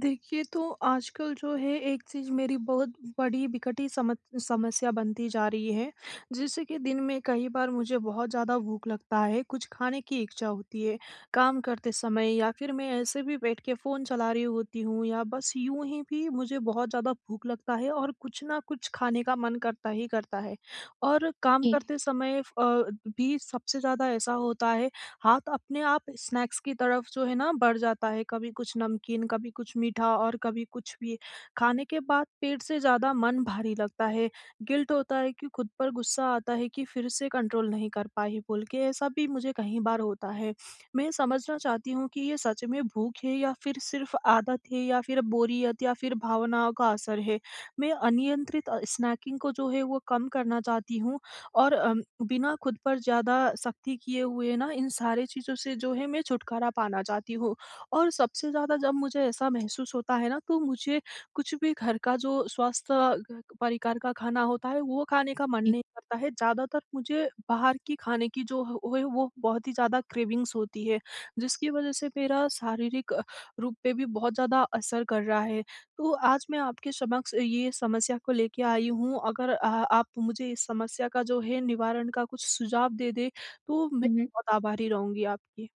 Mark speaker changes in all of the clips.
Speaker 1: देखिए, तो आजकल जो है एक चीज़ मेरी बहुत बड़ी विकटी समत समस्या बनती जा रही है, जैसे कि दिन में कई बार मुझे बहुत ज़्यादा भूख लगता है, कुछ खाने की इच्छा होती है, काम करते समय या फिर मैं ऐसे भी बैठ के फ़ोन चला रही होती हूँ या बस यूँ ही भी मुझे बहुत ज़्यादा भूख लगता है और कुछ ना कुछ खाने का मन करता ही करता है। और काम
Speaker 2: जी,
Speaker 1: करते समय भी सबसे ज़्यादा ऐसा होता है, हाथ अपने आप स्नैक्स की तरफ जो है ना बढ़ जाता है, कभी कुछ नमकीन, कभी कुछ मीठा और कभी कुछ भी। खाने के बाद पेट से ज़्यादा मन भारी लगता है, गिल्ट होता है कि खुद पर गुस्सा आता है कि फिर से कंट्रोल नहीं कर पाई बोल के, ऐसा भी मुझे कई बार होता है। मैं समझना चाहती हूँ कि ये सच में भूख है या फिर सिर्फ आदत है या फिर बोरियत या फिर भावनाओं का असर है? मैं अनियंत्रित स्नैकिंग को जो है वो कम करना चाहती हूँ और बिना खुद पर ज़्यादा सख्ती किए हुए ना इन सारी चीज़ों से जो है मैं छुटकारा पाना चाहती हूँ। और सबसे ज़्यादा जब मुझे ऐसा महसूस होता है ना, तो मुझे कुछ भी घर का जो स्वस्थ घ परिकार का खाना होता है वो खाने का मन
Speaker 2: जी।
Speaker 1: नहीं करता है। ज़्यादातर मुझे बाहर की खाने की जो ह वो है वो बहुत ही ज़्यादा क्रेविंग्स होती है, जिसकी वज़ह से मेरा शारीरिक रूप पे भी बहुत ज़्यादा असर कर रहा है। तो आज मैं आपके समक्ष ये समस्या को लेके आई हूँ। अगर आप मुझे इस समस्या का जो है निवारण का कुछ सुझाव दे दें, तो मैं
Speaker 2: हुँ, हुँ।
Speaker 1: बहुत आभारी रहूँगी आपकी।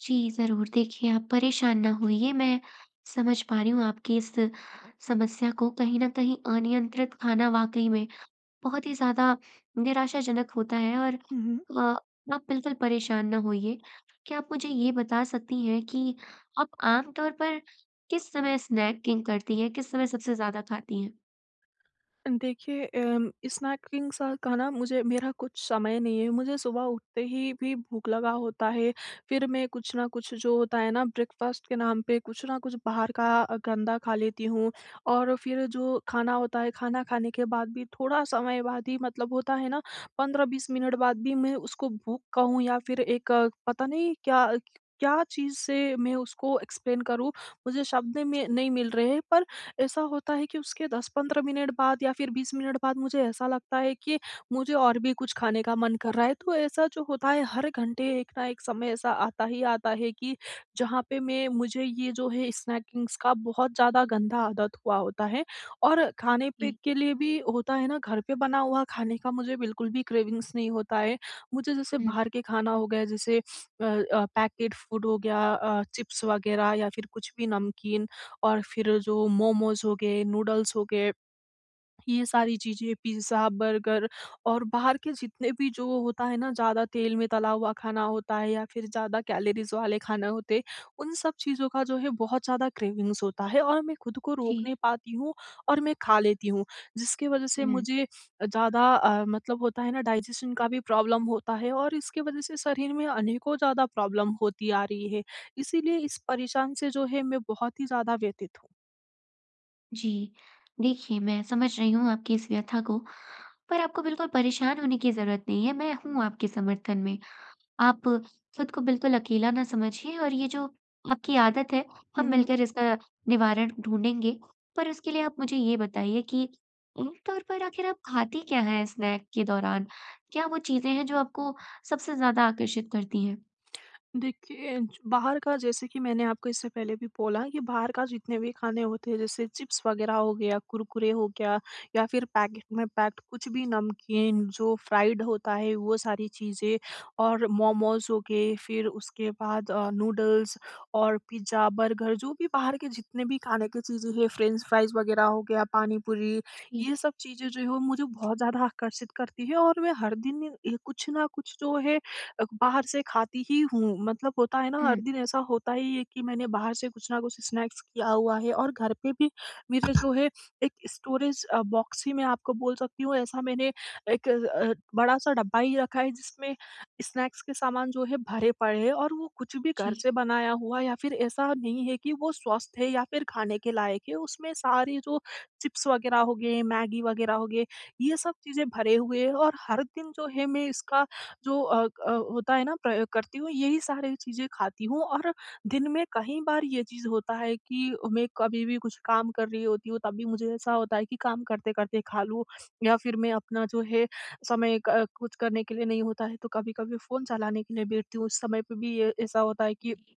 Speaker 2: जी, ज़रूर। देखिए, आप परेशान ना होइए, मैं समझ पा रही हूँ आपकी इस समस्या को। कहीं न कहीं अनियंत्रित खाना वाक़ई में बहुत ही ज़्यादा निराशाजनक होता है और
Speaker 1: हुँ, हुँ।
Speaker 2: आप बिल्कुल परेशान ना होइए। क्या आप मुझे ये बता सकती हैं कि आप आम तौर पर किस समय स्नैकिंग करती हैं? किस समय सबसे ज़्यादा खाती हैं?
Speaker 1: देखिए स्नैकिंग सा खाना मुझे मेरा कुछ समय नहीं है। मुझे सुबह उठते ही भी भूख लगा होता है, फिर मैं कुछ ना कुछ जो होता है ना ब्रेकफ़ास्ट के नाम पे कुछ ना कुछ बाहर का गंदा खा लेती हूँ और फिर जो खाना होता है, खाना खाने के बाद भी थोड़ा समय बाद ही, मतलब होता है ना, 15-20 मिनट बाद भी मैं उसको भूख कहूँ या फिर एक पता नहीं क्या क्या चीज़ से मैं उसको एक्सप्लेन करूँ, मुझे शब्द में नहीं मिल रहे हैं, पर ऐसा होता है कि उसके 10-15 मिनट बाद या फिर 20 मिनट बाद मुझे ऐसा लगता है कि मुझे और भी कुछ खाने का मन कर रहा है। तो ऐसा जो होता है हर घंटे एक ना एक समय ऐसा आता ही आता है कि जहाँ पे मैं मुझे ये जो है स्नैकिंग्स का बहुत ज़्यादा गंदा आदत हुआ होता है और खाने पे
Speaker 2: जी।
Speaker 1: के लिए भी होता है ना, घर पे बना हुआ खाने का मुझे बिल्कुल भी क्रेविंग्स नहीं होता है। मुझे जैसे
Speaker 2: हुँ।
Speaker 1: बाहर के खाना हो गया, जैसे पैकेट फूड हो गया, चिप्स वगैरह या फिर कुछ भी नमकीन और फिर जो मोमोज़ हो गए, नूडल्स हो गए, ये सारी चीज़ें, पिज़्ज़ा, बर्गर और बाहर के जितने भी जो होता है ना, ज़्यादा तेल में तला हुआ खाना होता है या फिर ज़्यादा कैलोरीज़ वाले खाना होते, उन सब चीज़ों का जो है बहुत ज़्यादा क्रेविंग्स होता है और मैं खुद को रोक
Speaker 2: जी।
Speaker 1: नहीं पाती हूँ और मैं खा लेती हूँ। जिसकी वजह से
Speaker 2: हुँ।
Speaker 1: मुझे ज़्यादा मतलब होता है ना डाइजेशन का भी प्रॉब्लम होता है और इसकी वजह से शरीर में अनेकों ज़्यादा प्रॉब्लम होती आ रही है। इसीलिए इस परेशान से जो है मैं बहुत ही ज़्यादा व्यथित हूँ।
Speaker 2: जी। देखिए, मैं समझ रही हूँ आपकी इस व्यथा को, पर आपको बिल्कुल परेशान होने की ज़रूरत नहीं है, मैं हूँ आपके समर्थन में। आप खुद को बिल्कुल अकेला ना समझिए और ये जो आपकी आदत है,
Speaker 1: हुँ,
Speaker 2: हम
Speaker 1: हुँ।
Speaker 2: मिलकर इसका निवारण ढूँढेंगे। पर उसके लिए आप मुझे ये बताइए कि आम तौर पर आखिर आप खाती क्या हैं स्नैक के दौरान? क्या वो चीज़ें हैं जो आपको सबसे ज़्यादा आकर्षित करती हैं?
Speaker 1: देखिए, ज बाहर का, जैसे कि मैंने आपको इससे पहले भी बोला, कि बाहर का जितने भी खाने होते हैं जैसे चिप्स वग़ैरह हो गया, कुरकुरे हो गया या फिर पैकेट में पैक्ड कुछ भी नमकीन जो फ्राइड होता है वो सारी चीज़ें और मोमोज़ हो गए, फिर उसके बाद नूडल्स और पिज़्ज़ा, बर्गर, जो भी बाहर के जितने भी खाने की चीज़ें हैं, फ्रेंच फ्राइज़ वग़ैरह हो गया, पानी पूरी,
Speaker 2: जी।
Speaker 1: ये सब चीज़ें जो है वो मुझे बहुत ज़्यादा आकर्षित करती है और मैं हर दिन ये कुछ ना कुछ जो है बाहर से खाती ही हूँ। मतलब होता है ना, हर
Speaker 2: हुँ।
Speaker 1: दिन ऐसा होता ही है कि मैंने बाहर से कुछ ना कुछ स्नैक्स किया हुआ है और घर पे भी मेरा जो है एक स्टोरेज बॉक्स ही, मैं आपको बोल सकती हूँ ऐसा, मैंने एक बड़ा-सा डब्बा ही रखा है, जिसमें स्नैक्स के सामान जो है भरे पड़े हैं और वो कुछ भी घर
Speaker 2: जी,
Speaker 1: से बनाया हुआ या फिर ऐसा नहीं है कि वो स्वस्थ है या फिर खाने के लायक है। उसमें सारे जो चिप्स वगैरह हो गए, मैगी वगैरह हो गए, ये सब चीज़ें भरे हुए हैं और हर दिन जो है मैं इसका जो होता है ना, प्रयोग करती हूँ, यही सारी चीज़ें खाती हूँ और दिन में कई बार ये चीज़ होता है कि मैं कभी भी कुछ काम कर रही होती हूँ, तब भी मुझे ऐसा होता है कि काम करते-करते खा लूँ, या फिर मैं अपना जो है समय क कुछ करने के लिए नहीं होता है, तो कभी-कभी फ़ोन चलाने के लिए बैठती हूँ। उस समय पे भी ये ऐसा होता है कि
Speaker 2: जी।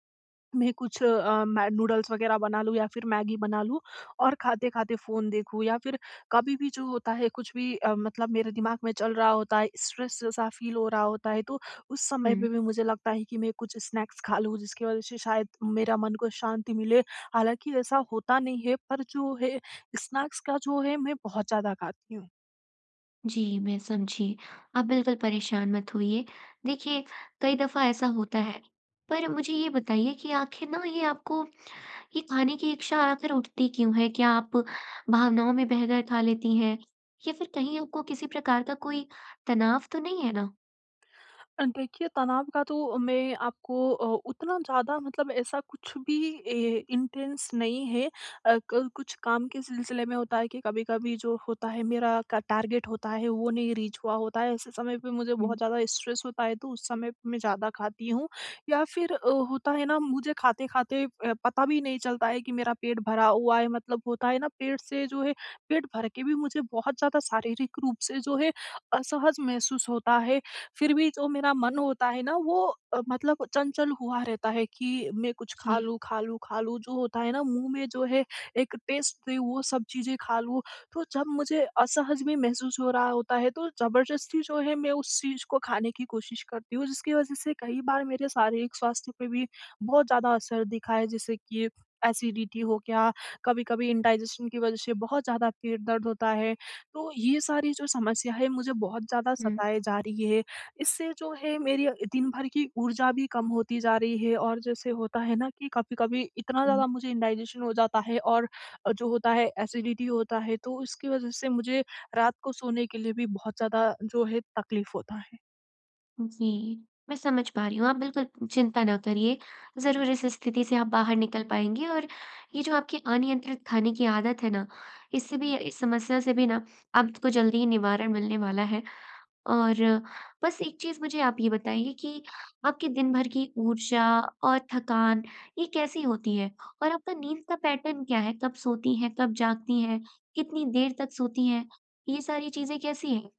Speaker 1: मैं नूडल्स वगैरह बना लूँ या फिर मैगी बना लूँ और खाते-खाते फ़ोन देखूँ, या फिर कभी भी जो होता है कुछ भी मतलब मेरे दिमाग में चल रहा होता है, स्ट्रेस जैसा फ़ील हो रहा होता है, तो उस समय
Speaker 2: हुँ।
Speaker 1: पे भी मुझे लगता है कि मैं कुछ स्नैक्स खा लूँ, जिसकी वज़ह से शायद मेरा मन को शांति मिले। हालाँकि ऐसा होता नहीं है, पर जो है स्नैक्स का जो है मैं बहुत ज़्यादा खाती हूँ।
Speaker 2: जी, मैं समझी। आप बिल्कुल परेशान मत होइए। देखिए, कई दफ़ा ऐसा होता है। पर मुझे ये बताइए कि आखिर ना ये आपको ये खाने की इच्छा आखिर उठती क्यों है? क्या आप भावनाओं में बहकर खा लेती हैं? या फिर कहीं आपको किसी प्रकार का कोई तनाव तो नहीं है ना?
Speaker 1: देखिए, तनाव का तो मैं आपको उतना ज़्यादा, मतलब ऐसा कुछ भी इंटेंस नहीं है, कुछ काम के सिलसिले में होता है कि कभी कभी जो होता है मेरा का टारगेट होता है वो नहीं रीच हुआ होता है, ऐसे समय पे मुझे
Speaker 2: हुँ।
Speaker 1: बहुत ज़्यादा स्ट्रेस होता है, तो उस समय पे मैं ज़्यादा खाती हूँ या फिर होता है ना, मुझे खाते खाते पता भी नहीं चलता है कि मेरा पेट भरा हुआ है, मतलब होता है ना, पेट से जो है, पेट भर के भी मुझे बहुत ज़्यादा शारीरिक रूप से जो है असहज महसूस होता है, फिर भी जो मेरा मन होता है ना वो मतलब चंचल हुआ रहता है कि मैं कुछ
Speaker 2: जी।
Speaker 1: खा लूँ, खा लूँ, खा लूँ, जो होता है ना, मुँह में जो है एक टेस्ट दे वो सब चीज़ें खा लूँ। तो जब मुझे असहज भी महसूस हो रहा होता है तो ज़बरदस्ती जो है मैं उस चीज़ को खाने की कोशिश करती हूँ, जिसकी वज़ह से कई बार मेरे शारीरिक स्वास्थ्य पे भी बहुत ज़्यादा असर दिखा है, जैसे कि एसिडिटी हो गया, कभी-कभी इंडाइजेशन की वज़ह से बहुत ज़्यादा पेट दर्द होता है। तो ये सारी जो समस्या है मुझे बहुत ज़्यादा
Speaker 2: हुँ।
Speaker 1: सताए जा रही है, इससे जो है मेरी दिन भर की ऊर्जा भी कम होती जा रही है और जैसे होता है ना कि कभी-कभी इतना ज़्यादा मुझे इंडाइजेशन हो जाता है और जो होता है एसिडिटी होता है, तो उसकी वजह से मुझे रात को सोने के लिए भी बहुत ज़्यादा जो है तकलीफ होता है।
Speaker 2: जी, मैं समझ पा रही हूँ। आप बिल्कुल चिंता ना करिए, ज़रूर इस स्थिति से आप बाहर निकल पाएँगे और ये जो आपकी अनियंत्रित खाने की आदत है ना, इससे भी, इस समस्या से भी ना आपको जल्दी ही निवारण मिलने वाला है। और बस एक चीज़ मुझे आप ये बताइए कि आपके दिन भर की ऊर्जा और थकान ये कैसी होती है? और आपका नींद का पैटर्न क्या है? कब सोती हैं, कब जागती हैं, कितनी देर तक सोती हैं? ये सारी चीज़ें कैसी हैं?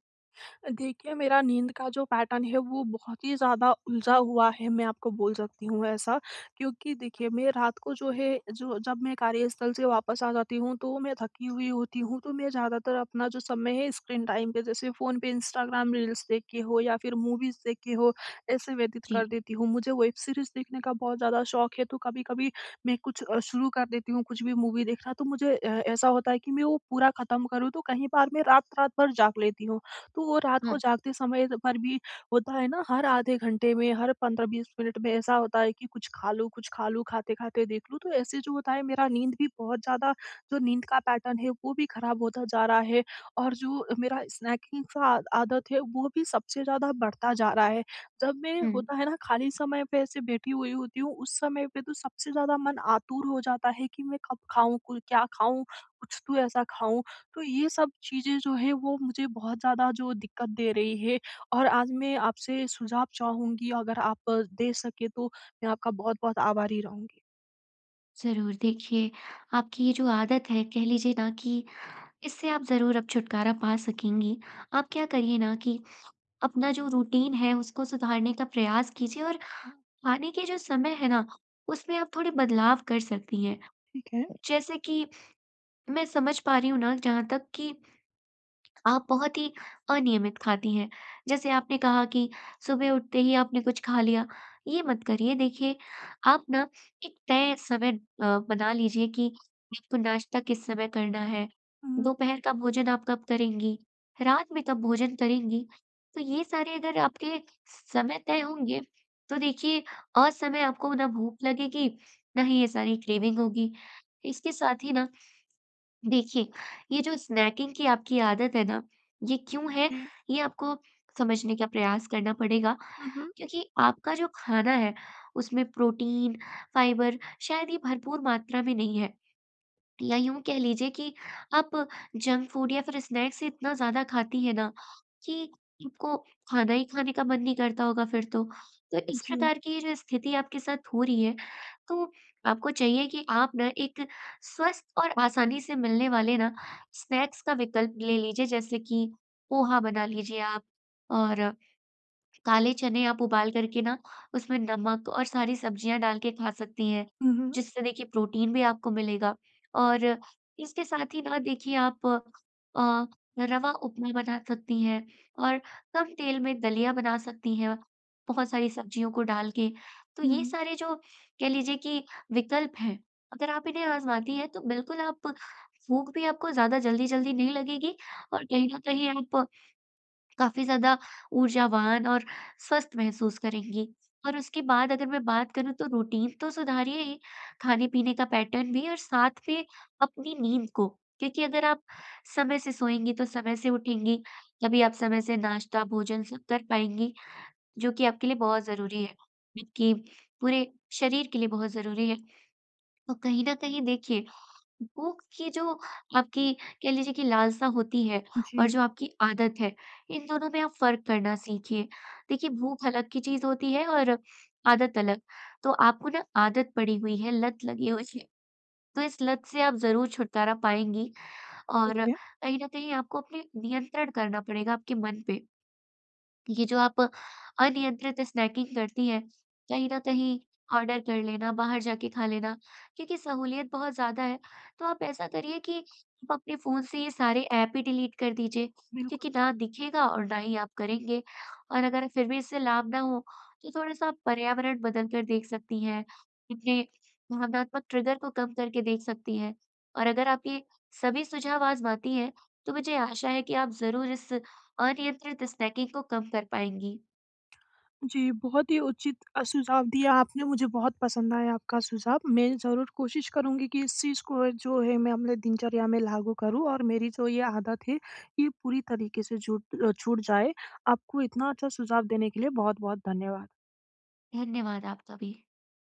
Speaker 1: देखिए, मेरा नींद का जो पैटर्न है वो बहुत ही ज़्यादा उलझा हुआ है, मैं आपको बोल सकती हूँ ऐसा। क्योंकि देखिए, मैं रात को जो है, जो जब मैं कार्यस्थल से वापस आ जाती हूँ तो मैं थकी हुई होती हूँ, तो मैं ज़्यादातर अपना जो समय है स्क्रीन टाइम पे, जैसे फ़ोन पे इंस्टाग्राम रील्स देख के हो या फिर मूवीज़ देख के हो, ऐसे व्यतीत कर
Speaker 2: जी।
Speaker 1: देती हूँ। मुझे वेब सीरीज़ देखने का बहुत ज़्यादा शौक है, तो कभी-कभी मैं कुछ शुरू कर देती हूँ कुछ भी मूवी देखना, तो मुझे ऐसा होता है कि मैं वो पूरा खत्म करूँ, तो कहीं बार मैं रात-रात भर जाग लेती हूँ। तो वो रात
Speaker 2: हुँ।
Speaker 1: को जागते समय पर भी होता है ना, हर आधे घंटे में, हर 15-20 मिनट में ऐसा होता है कि कुछ खा लूँ, खाते-खाते देख लूँ। तो ऐसे जो होता है मेरा नींद भी बहुत ज़्यादा, जो नींद का पैटर्न है वो भी खराब होता जा रहा है और जो मेरा स्नैकिंग का आदत है वो भी सबसे ज़्यादा बढ़ता जा रहा है। जब मैं,
Speaker 2: हुँ।
Speaker 1: होता है ना, खाली समय पे ऐसे बैठी हुई होती हूँ, उस समय पे तो सबसे ज़्यादा मन आतुर हो जाता है कि मैं कब खाऊँ, कु क्या खाऊँ, कुछ तो ऐसा खाऊँ, तो ये सब चीज़ें जो है वो मुझे बहुत ज़्यादा जो दिक्कत दे रही है और आज मैं आपसे सुझाव चाहूँगी, अगर आप दे सके तो मैं आपका बहुत-बहुत आभारी रहूँगी।
Speaker 2: ज़रूर। देखिए, आपकी ये जो आदत है, कह लीजिए ना कि इससे आप ज़रूर अब छुटकारा पा सकेंगी। आप क्या करिए ना कि अपना जो रूटीन है उसको सुधारने का प्रयास कीजिए, और
Speaker 1: हुँ,
Speaker 2: खाने के जो समय है ना, उसमें आप थोड़े बदलाव कर सकती हैं।
Speaker 1: ठीक है।
Speaker 2: जैसे कि मैं समझ पा रही हूँ ना, जहाँ तक कि आप बहुत ही अनियमित खाती हैं। जैसे आपने कहा कि सुबह उठते ही आपने कुछ खा लिया, ये मत करिए। देखिए, आप ना एक तय समय बना लीजिए कि आपको नाश्ता किस समय करना है,
Speaker 1: हुँ,
Speaker 2: दोपहर का भोजन आप कब करेंगी, रात में कब भोजन करेंगी। तो ये सारे अगर आपके समय तय होंगे, तो देखिए, असमय आपको ना भूख लगेगी, ना ही ये सारी क्रेविंग होगी। इसके साथ ही ना, देखिए, ये जो स्नैकिंग की आपकी आदत है ना, ये क्यों है,
Speaker 1: जी।
Speaker 2: ये आपको समझने का प्रयास करना पड़ेगा।
Speaker 1: हुँ, हुँ।
Speaker 2: क्योंकि आपका जो खाना है, उसमें प्रोटीन, फाइबर शायद ये भरपूर मात्रा में नहीं है। या यूँ कह लीजिए कि आप जंक फूड या फिर स्नैक्स इतना ज़्यादा खाती हैं ना, कि आपको खाना ही खाने का मन नहीं करता होगा फिर तो। तो इस
Speaker 1: जी।
Speaker 2: प्रकार की ये जो स्थिति आपके साथ हो रही है, तो आपको चाहिए कि आप ना एक स्वस्थ और आसानी से मिलने वाले ना स्नैक्स का विकल्प ले लीजिए। जैसे कि पोहा बना लीजिए आप, और काले चने आप उबाल करके ना उसमें नमक और सारी सब्जियाँ डाल के खा सकती हैं,
Speaker 1: हुँ, हुँ।
Speaker 2: जिससे देखिए प्रोटीन भी आपको मिलेगा। और इसके साथ ही ना, देखिए, आप रवा उपमा बना सकती हैं और कम तेल में दलिया बना सकती हैं, बहुत सारी सब्जियों को डाल के। तो ये
Speaker 1: हुँ,
Speaker 2: सारे जो कह लीजिए कि विकल्प हैं, अगर आप इन्हें आज़माती हैं तो बिल्कुल आप भूख भी आपको ज़्यादा जल्दी-जल्दी नहीं लगेगी और कहीं न कहीं आप काफ़ी ज़्यादा ऊर्जावान और स्वस्थ महसूस करेंगी। और उसके बाद अगर मैं बात करूँ, तो रूटीन तो सुधारिए ही, खाने-पीने का पैटर्न भी, और साथ में अपनी नींद को, क्योंकि अगर आप समय से सोएँगी तो समय से उठेंगी, तभी आप समय से नाश्ता, भोजन सब कर पाएँगी, जो कि आपके लिए बहुत ज़रूरी है, आपके पूरे शरीर के लिए बहुत ज़रूरी है। तो कहीं न कहीं देखिए, भूख की जो आपकी कह लीजिए कि लालसा होती है, और
Speaker 1: जी,
Speaker 2: जो आपकी आदत है, इन दोनों में आप फ़र्क करना सीखिए। देखिए, भूख अलग की चीज़ होती है और आदत अलग। तो आपको ना आदत पड़ी हुई है, लत लगी हुई है, तो इस लत से आप ज़रूर छुटकारा पाएँगी
Speaker 1: ठीक
Speaker 2: और
Speaker 1: है।
Speaker 2: कहीं न कहीं आपको अपने नियंत्रण करना पड़ेगा आपके मन पे। ये जो आप अनियंत्रित स्नैकिंग करती हैं, कहीं न कहीं ऑर्डर कर लेना, बाहर जाके खा लेना, क्योंकि सहूलियत बहुत ज़्यादा है। तो आप ऐसा करिए कि आप अपने फ़ोन से ये सारे ऐप ही डिलीट कर दीजिए,
Speaker 1: बिल्कुल।
Speaker 2: क्योंकि ना दिखेगा और ना ही आप करेंगे। और अगर फिर भी इससे लाभ ना हो, तो थोड़ा-सा आप पर्यावरण बदल कर देख सकती हैं, अपने भावनात्मक ट्रिगर को कम करके देख सकती हैं। और अगर आप ये सभी सुझाव आज़माती हैं, तो मुझे आशा है कि आप ज़रूर इस अनियंत्रित स्नैकिंग को कम कर पाएँगी।
Speaker 1: जी, बहुत ही उचित सुझाव दिया आपने, मुझे बहुत पसंद आया आपका सुझाव। मैं ज़रूर कोशिश करूँगी कि इस चीज़ को जो है मैं अपने दिनचर्या में लागू करूँ और मेरी जो ये आदत है, ये पूरी तरीके से छूट जाए। आपको इतना अच्छा सुझाव देने के लिए बहुत-बहुत धन्यवाद।
Speaker 2: धन्यवाद आपका भी।